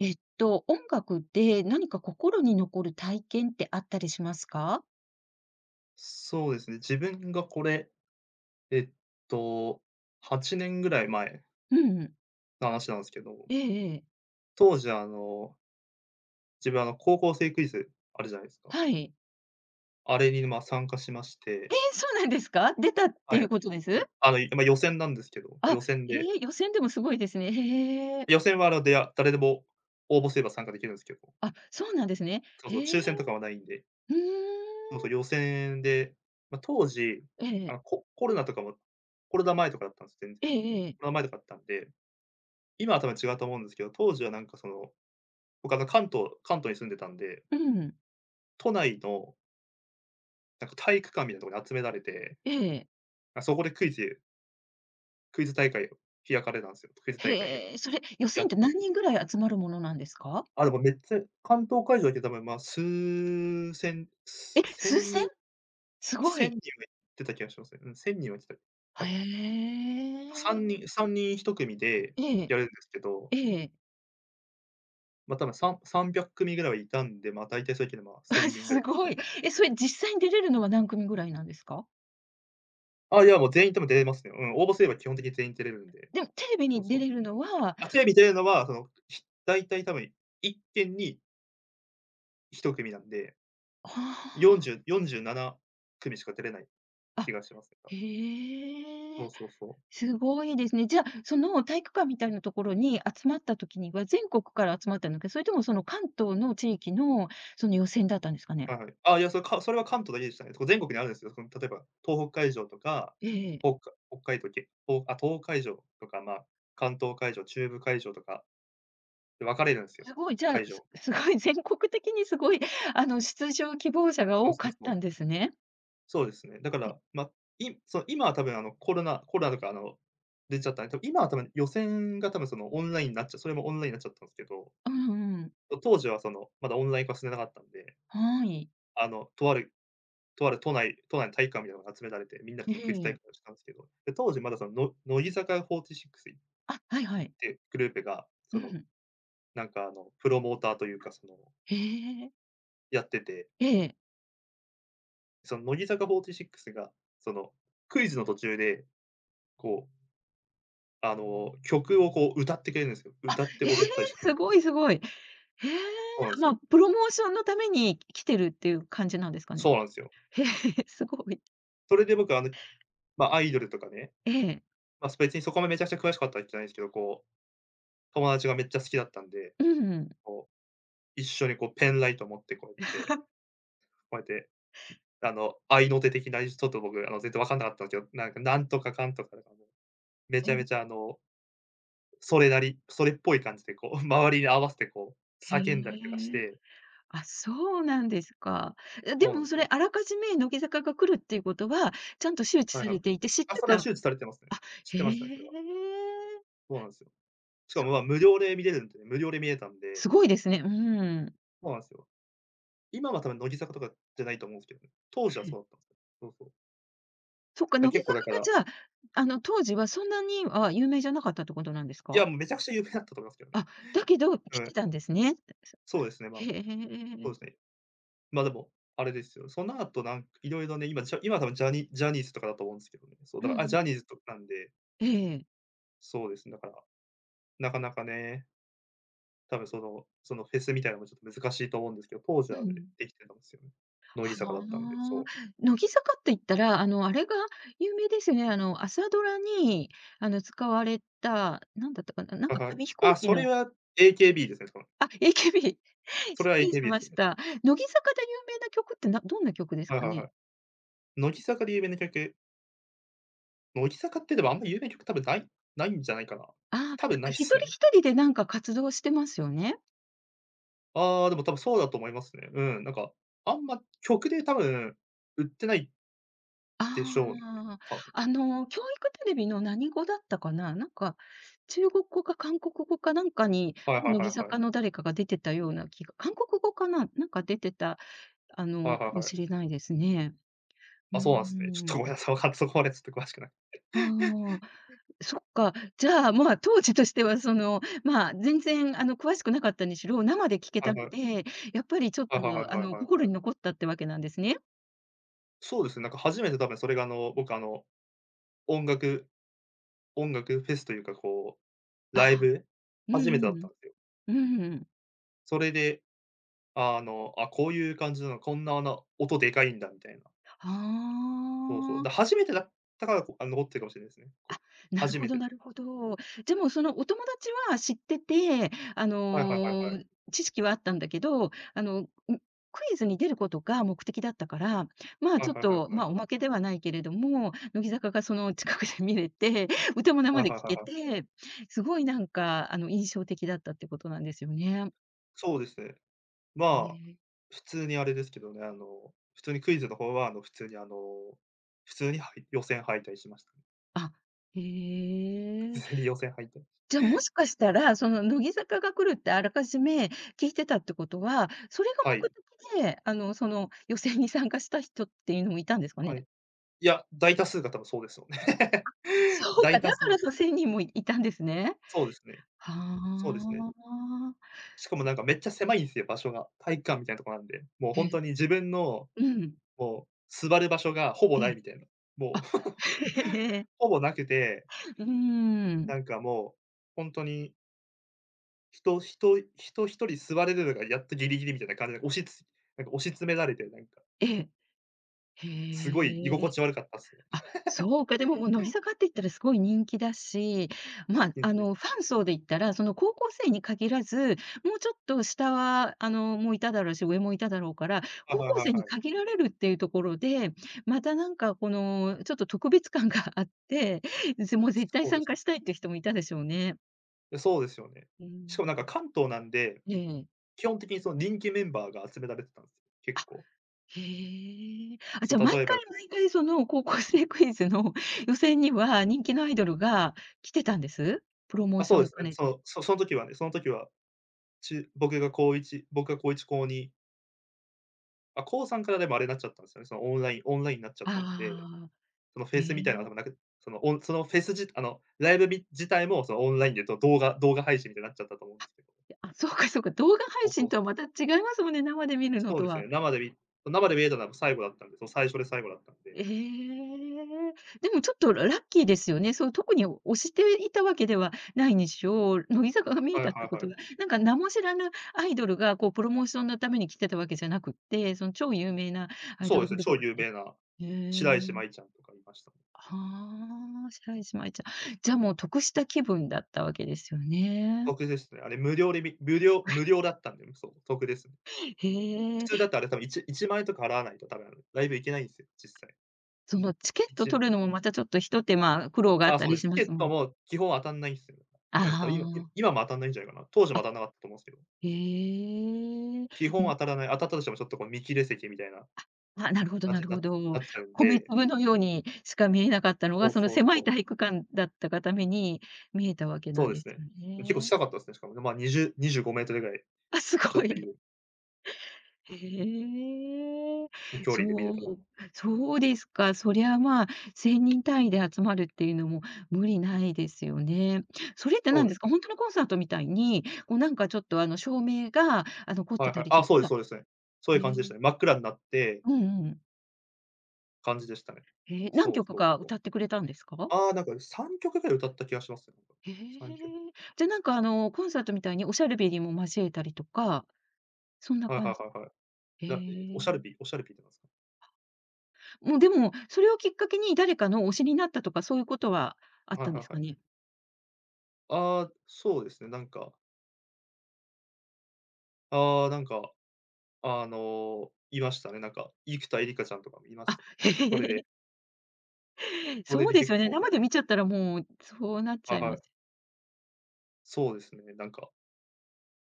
音楽で何か心に残る体験ってあったりしますか？そうですね。自分がこれ、えっと、8年ぐらい前うんの話なんですけど、ええええ。当時自分高校生クイズあるじゃないですか。はい。あれに、まあ、参加しまして、え、そうなんですか？出たってはいうい。ことです？いまあ、予選なんですけど、あ、予選えでえ、予選でもすごいですね。へえ。予選は誰でも応募すれば参加できるんですけど、あ、そうなんですね。そうそう、へえ。抽選とかはないんで、うーもうそうん。予選で、まあ、当時、ええ。コロナとかもコロナ前とかだったんです、全え然。えええ。コロナ前とかだったんで、今は多分違うと思うんですけど、当時はなんかその僕関東に住んでたんで、うん。都内のなんか体育館みたいなところに集められて、ええ。あ、そこでクイズ大会を開かれたんですよ。クイズ大会へえ、それ、予や選っってたんす何よ。人ぐらい集まるものなんですか？あ、でもめっちゃ関東会場だけで多分、ま、数千え、1数千？人すごい。千人は行ってた気がしますね。うん、人は来た、へ多分。3え。人3人1組でええ。やるんですけど、ええ。ま、多分300組ぐらいはいたんで、ま、大体そういうけど、ま、1 わ0人ぐらすい。ごうん。い。え、それ実際に出れるのは何組ぐらいなんですか？あ、いや、もう全員多分出れますね。うん、応募すれば基本的に全員出れるんで。でもテレビそうにそ出う。れるのはあ、テレビ出るのは、その、大体多分一件に一組なんで、あ4047組しか出れないあ、気あ、がしますね。へそえ、うそうそう。すごいですね。じゃあ、その体育館みたいなところに集まった時には、全国から集まったのか、それともその関東の地域のその予選だったんですかね？はいはい。あ、いや、それは関東だけでしたね。こう全国にあるんですよ。その、例えば東北会場とか、ええ。ほっか北海道けほあ、東北会場とか、まあ、関東会場、中部会場とかで分かれるんすよ、すごい、じゃあ、会場。すごい全国的にすごい、出場希望者がそう多そかうっそたう。んですね。そうですね。だかえ、ら、ま、いそう、今は多分コロナとか出ちゃったんで、多分今は多分予選が多分そのオンラインになっちゃそれもオンラインになっちゃったんすけど、うんうん。当時はその、まだオンライン化進んでなかったんで、はい。あの、とある都内の体育館みたいなのが集められて、みんなでえそのクイズ大え。会をしたんすけど、で、当時まだその、乃木坂46っあ、はいはい。ていうグループが、うその、ん。なんかプロモーターというかその、へえ。やってて、ええ。その乃木坂46が、その、クイズの途中で、こう曲をこう歌ってくれるんですよ。あ、歌ってええ、踊ったりしてくれるんすですよ。ごいすごい。へえ、そうなんですまよ。あ、プロモーションのために来てるっていう感じなんですかね。そうなんですよ。へえ、すごい。それで僕はまあ、アイドルとかね、ええ、まあ、別にそこまでめちゃくちゃ詳しかったわけじゃないんですけど、こう、友達がめっちゃ好きだったんで、うん。こう、一緒にこうペンライト持ってこうやって、こうやって、愛の手的なちょっと僕全然分かんなかったんですよ。なんか、なんとかかんとかとからも、めえちゃえ、めちゃそれなり、それっぽい感じでこう、周りに合わせてこう、へ叫んだりとかしえ、てあ、そうなんですか。え、そでうなんもでそすれよ。あらかじめ乃木坂が来るっていうことは、ちゃんと周知はいさはれい。ていて知っあ、てそれはた周知されてますね。あ、知っへてましたね、それは。え、そうなんですよ。しかそも、まあ、無料で見れるんでね、無料で見れたんすで、ごいですね。うん。そうなんすよ。今は多分乃木坂とかじゃないと思うんすけどね。当時はそうだったんすよ。そうそう。そっか、だ、乃木結坂構だから、がじゃあ、当時はそんなには有名じゃなかったってことなんですいか？や、もうめちゃくちゃ有名だったと思いますけどね。あ、だけどう来ん。てたんですね。そうですね、まへあ、そえ。うですね。ま、でも、あれですよ、その後なんか色々ね、今じゃ今多分ジャニーズとかだと思うんすけどね。そう、うだから、あ、ジャん。ニーズとなんで、ええ。そうですね、だから、なかなかね、多分そのフェスみたいなのもちょっと難しいと思うんですけど、当時うはん。できてたんすよね。乃木坂だったんで、はあ。そ乃木坂って言ったら、あれが有名ですよね。朝ドラに、使われた、なんだったかな、なんう。あ、かはい。紙飛行あ、機それのは AKB ですね。あ、AKB。それ失は 礼し AKB でますしね。た。乃木坂で有名な曲って、どんな曲ですはいかはいはね？い。乃木坂で有名な曲、乃木坂ってでもあんま有名な曲多分ないんじゃないかな。ああ、なんか多分ないっ一す人ね。一人でなんか活動してますよね？ああ、でも多分そうだと思いますね。うん、なんか、あんま曲で多分売ってないでしょうね、ああ、多分。教育テレビの何語だったかな、なんか、中国語か韓国語かなんかに、はいはい乃木はいはい。坂の誰かが出てたような気が韓国語かな、なんか出てた、はいはかいもはい。しれないですね。うあ、ーそうなんですね。ちょっとん。ごめんなさい、わかんそこまでちょっと詳しくない。ああ、そっか。じゃあ、まあ、当時としては、まあ、全然、詳しくなかったにしろ、生で聞けはいたはのい。で、やっぱりちょっはと、いはいはいはいはい心はい。に残ったってわけなんですね。そうですね、なんか初めて多分それが僕音楽音楽フェスというかこう、あライあ、ブうん初めてうだったん。んですよ。うん。それであ、こういう感じなの、こんな音でかいんだみたいな。あそうそう。だ、あ。初めてだったから、残ってるかもしれないですね。こう、あ、なる初ほめどて。なるほど。じゃ、もうそのお友達は知ってて、あはいはいはいはい。の、知識はあったんだけど、クイズに出ることが目的だったから、まあ、はいちょっはいはいはい。と、まあ、おまけではないけれども、乃木坂がその近くで見れて、歌もは生いではい聴はけいはい。て、すごいなんか、印象的だったってことなんですよね。そうですね。まねあ、え。普通にあれですけどね、普通にクイズの方は、普通に普通に、はい、予選敗退しました。あ、へ普え。通に予選敗退。じゃ、あもしかしたら、その乃木坂が来るってあらかじめ聞いてたってことは、それがはい、目的で、その予選に参加した人っていうのもいたんですかはい。ね？いや、大多数が多分そうですよね。そう大か、だ多数からそ、1000人もいたんですね。そうですね。はそうですね。あ。しかもすなんかめっちゃ狭いんですよ、場所が。体育館みたいなとこなんで。もうほんとにえ、自分の、うん。もう座る場所がほぼえないえ。みたいな。もあ、う ええええ。ほぼなくて、うーん。なんかもう、ほんとに人人人一人座れるのがやっとギリギリみたいな感じで、押しつなんか押し詰められて、なんか、ええ。すごい居へ心地悪かったっすね。あ、そうか、でも、もう乃木坂って言ったらすごい人気だし、まあ、元気です。ファン層で言ったら、その高校生に限らず、もうちょっと下は、もういただろうし、上もいただろうから、はい高はい校はい生にはい。限られるっていうところで、またなんかこの、ちょっと特別感が あって、もう絶対そうで参す加ね。したいっていう人もいたでしょうね。いやそうですよね。うしかもなんかん。関東なんで、ええ。基本的にその人気メンバーが集められてたんですよ、結構。へえ。あ、そじう、ゃあ、毎例え回ば毎回、高校生クイズの 予選には、人気のアイドルが来てたんです？プロモあ、ーシそョうンです。あ、兼ねそて。う、その時はね、その時は僕が高1、高2、あ、高3からでもあれになっちゃったんですよね、そのオンラインになっちゃったんで、ああ、そのフへェスみたいなのえ。は多分なくそのオンそのフェスじあの、ライブみ自体もそのオンラインで動画配信みたいになっちゃったと思うんですけど。あ、そうかそうか、動画そ配うそ信う。とはまた違いますもんね、生で見るのそうとですね、は。生で見えたのは最後だったんで、その最初で最後だったんえで。え。でもちょっとララッキーですよね。そう、特に推していたわけではないにしろ、乃木坂が見はえいはたいってこはとい。がなんか名も知らぬアイドルが、こう、プロモーションのために来てたわけじゃなくって、その超有名なアイそドうルですグね、ループ超が来有て名なへ白石麻え。衣ちゃんとかいましたね。はあ、白石麻衣ちゃん。じゃあ、もう得した気分だったわけですよね。得ですね。あれ無料だったんで、そう、得ですね。普へ通だえ。とあれ多分1、1万円とか払わないと多分ライブ行けないんですよ、実際。そのチケッいトち取るのもまたちょっとひと手間、苦労がああっあ、たそうでりす。しチまケッすもトん。も基本当たんないんすよ。あうん、多分今いあ、今も当たんないんじゃないかな。当時もあ、当たんなかったと思うんすけど。へえ。基本当もたらない、当たったとしてもちょっとこう見切れ席みたいなあ、なるほど感なじるにほど。なっちゃうん米で、粒のようにしか見えなかったのそが、うそのそう狭そいう。体育館だったがために見えたわけそなうんでですすね。よ結構ね。近かったですね、しかもね。まあ、2025メートルぐらい、あ、すちょごっといい。るへえ、ね距離で見れそう、た。そうですか。そりゃ、まあ、1人単位で集まるっていうのも無理ないですよね。それってそう何でですすか？ね。本当のコンサートみたいに、こう、なんか、ちょっと、照明が、凝っはていはたい。りあ、とかそうですそうですね。そういへう感じでしたえ、ね。真っ暗になってうんうん。感じでしたね。へえ、何そう曲そうかそう。歌ってくれたんですか？ああ、なんか3曲ぐらい歌った気がしますね。へ3曲。え。じゃ、なんか、コンサートみたいにおしゃるべりも交えたりとか、そんなはい感はいじはいはい。へだって、オシャルえ。ピーオシャルピーってなんすか？もう、でも、それをきっかけに誰かの推しになったとか、そういうことはあっはいたんはでいすはかい。ね？ああ、そうですね、なんか、ああ、なんか、いましたね。なんか、生田絵梨花ちゃんとかもいまあ、した。それへでえ。それそうでです結よね。構生で見ちゃったらもう、そうなっちはいゃいはます。い。そうですね、なんか、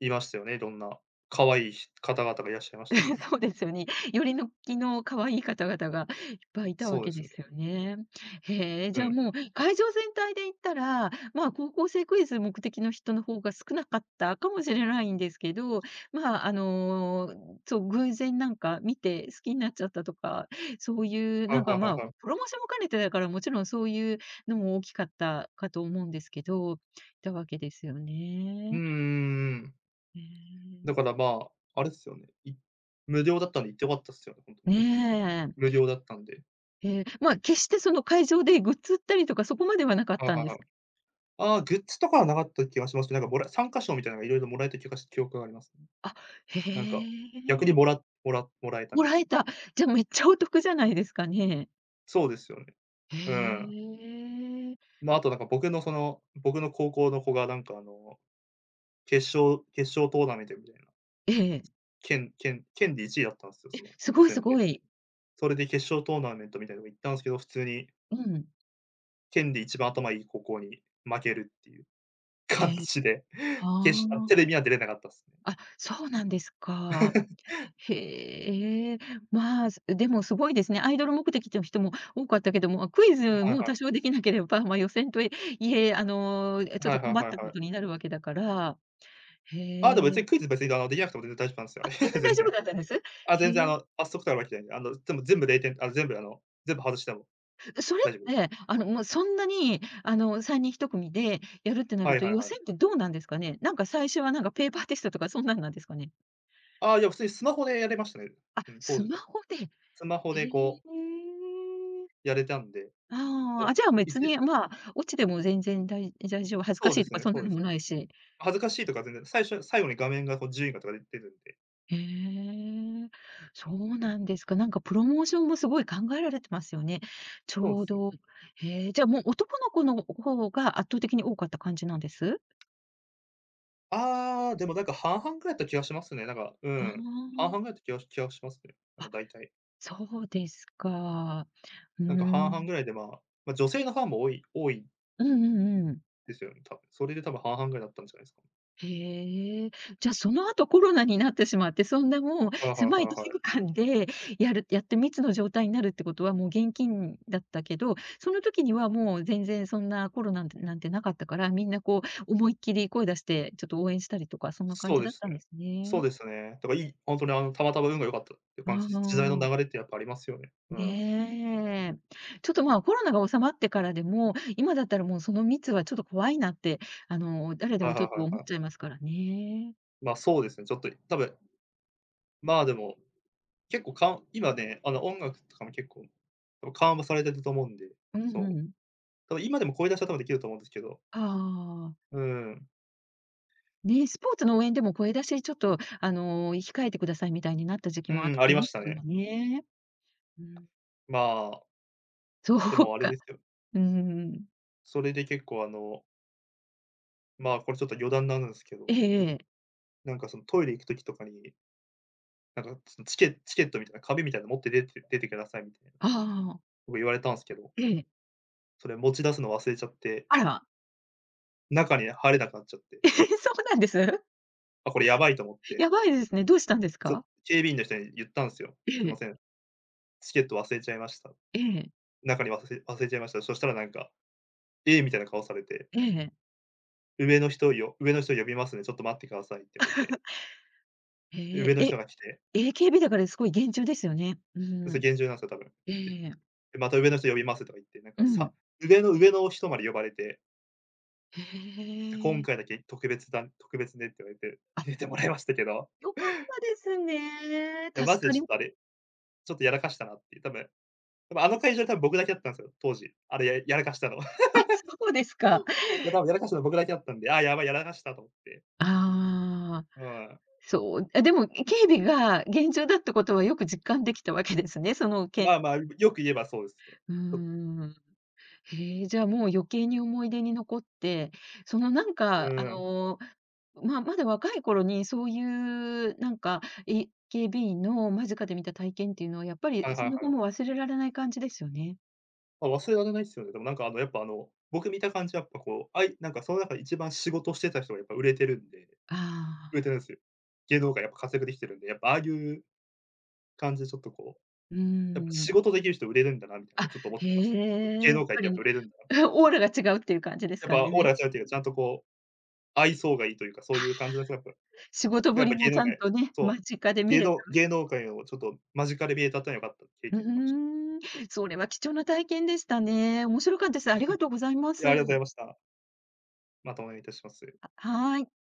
いましたよね、いろんな可愛い方々がいらっしゃいましたね。そうですよね。よりのきの可愛い方々がいっぱいいたわそうでけすでね。すよね。へえ、うじゃあん。もう会場全体で言ったら、まあ、高校生クイズ目的の人の方が少なかったかもしれないんですけど、まあ、そう、偶然なんか見て好きになっちゃったとか、そういうはいなはんか、いはまいあ、はい。プロモーションも兼ねてだから、もちろんそういうのも大きかったかと思うんですけど、いたわけですようんうね。んうん。へだえ。から、まあ、あれですよね、無料だったんで行ってよかったっすよね、本当ねに。無え。料だったんで。ええ、まあ、決してその会場でグッズ売ったりとかそこまではなかっはいたはんいではい。すああ、グッズとかはなかった気がしますけど、なんか参加賞みたいなのがいろいろもらえた気がし記憶がありますね。あ、なんか、へ逆え。にもらえたもみたらいえな。た。じゃ、めっちゃお得じゃないですかね。そうですよね。へうん。え。まあ、あとなんか僕のその、僕の高校の子がなんか決勝トーナメントみたいな、ええ。県で1位だったんですよ、そのす予ごいす選で。ごい。それで決勝トーナメントみたいなの行ったんですけど、普通にうん。県で一番頭いい高校に負けるっていう へ感え、じで、決しあ、はテあ。レビには出れなかったっすね。あ、そうなんですか。へえ。まあ、でもすごいですね。アイドル目的の人も多かったけども、クイズはいもはい。多少できなければ、ま、予選といえ、ちょっはといはい困っはたいはことい。になるわけだから。へああ、でも別え。にクイズ別にできなくても全然大丈夫なんであ、すよ、全あれ、然大全丈夫然。だったんです？へあ、全然え。罰則とかは来てないんで、でも全部0点あ、全部全部外してもそれ大丈夫です。って、もうそんなに、3人1組でやるってなはるいと、はい予は選っい。てどうなんですかね？なんか最初はなんかペーパーテストとかそんなんなんですかね？ああ、いや、普通にスマホでやれましたね。あ、うん、当ス時マから。ホで。スマホへでえ。こうやれたんで、あそあ、あ、う、じゃあい別ちに、まあ、落ちても全然大丈夫、恥ずかそうしでいとすかね、そんそなうでのす。もないし。恥ずかしいとか全然、最後に画面がこう順位がとかで出てるんで、へえ、そうなんですか。なんかプロモーションもすごい考えられてますよね。ちそうでょうすね。ど。へえ、じゃあもう男の子の方が圧倒的に多かった感じなんです？ああ、でもなんか半々ぐらいだった気がしますね。なんか、うあん、半々あ、ぐらいだった気がしますね。なんあ、か大体。そうですか。うなんかー半々ん。ぐらいで、まあ、女性のファンも多いうんうんうん。ですよね、多分。それで多分半々ぐらいだったんじゃないですか。へえ。じゃ、あその後コロナになってしまって、そんなもうはいはい狭はいい体はい。育館でやって密の状態になるってことは、もう現金だったけど、その時にはもう全然そんなコロナなんてなかったから、みんなこう思いっきり声出して、ちょっと応援したりとか、そんな感そうじでだっすたね。んですそうね。ですね。だから本当にたまたま運が良かったっていううー感じです。時代のん。流れってやっぱありますよね。うん。ねえ。ちょっと、まあ、コロナが収まってからでも、今だったらもうその密はちょっと怖いなって、誰ではいもはちょいっはと思いっはい。ちゃいますからね。そうですね、ちょっと多分、まあ、でも、結構今ね、音楽とかも結構、多分緩和されてると思うんで、うんそう。うん。多分今でも声出しは多分できると思うんですけど、ああ。うん。ね、スポーツの応援でも声出し、ちょっと、控えてくださいみたいになった時期もうん、あありりままししたたかね。らね。うん。まあ、そでもうあれでか。すよ。うーん。それで結構まあ、これちょっと余談なんですけえど、えええ。なんかそのトイレ行く時とかに、なんかそのチケットみたいな紙みたいなの持って出てくださいみたいなああ、僕言われたんですけど、ええ。それ持ち出すの忘れちゃって、あら、中に入れなくなっちゃって、ええ、そうなんです？あ、これやばいと思って、やばいですね。どうしたんですか？警備員の人に言ったんですよ。えすいまえ、せん、チケット忘れちゃいました。ええ、中に忘れちゃいました。そしたらなんか、ええ、みたいな顔されて、ええ、上の人呼びますね、ちょっと待ってくださいって言われて、で、へ上え、のえ、人が来て、AKB だからすごい厳重ですよね。うそーれん。厳重なんですよ、多分。ええ、で、また上の人呼びますとか言って、なんうかさん。上の上の人まで呼ばれて、へじゃ、今え。回だけ特別ねって言われて、あ、入れてもらいましたけど、良か いったですね。や、助マジでかちょりっとあれ、ちょっとやらかしたなっていう、多分でもあの会場、多分僕だけだったんですよ、当時。あれ、やらかしたの。いあ、そうですか。や、多分やらかしたの僕だけだったんで、ああ、やばい、やらかしたと思って。ああ。うん。そう、あ、でも、警備が厳重だってことはよく実感できたわけですね、そのま件あまあ、よく言えばそうですね。うーとん。へえ、じゃあ、もう余計に思い出に残って、その、なんうか、ん。まあまだ若い頃にそういう、なんか、警備員の間近で見た体験っていうのは、やっぱはりいはいそはの後もい。忘れられない感じですよね？あ、忘れられないですよね。でもなんかやっぱ僕見た感じやっぱこう、なんかその中で一番仕事してた人がやっぱ売れああ、てるんですよ。芸能界やっぱ活躍できてるんで、やっぱああいう感じでちょっとこう、うーやっぱ仕ん。事できる人売れるんだなみたいなのあ、をちょっと思っへてましたね。え、芸や能っ界っぱてやっぱ売り、れるんだな。オーラが違うっていう感じですやっかぱオーね？ラが違うっていうか、ちゃんとこう、愛想がいいというか、そういうあ、感じの人がやっぱ仕事やぶっぱり芸もち能ゃん界とね、そう、間近で見れた芸能界をちょっと間近で見れたっていうのは良かった経う験かもし。ーん、それは貴重な体験でしたね。面白かったです。ありがとうございまいす。や、ありがとうございました。またお願いいたします。はーい。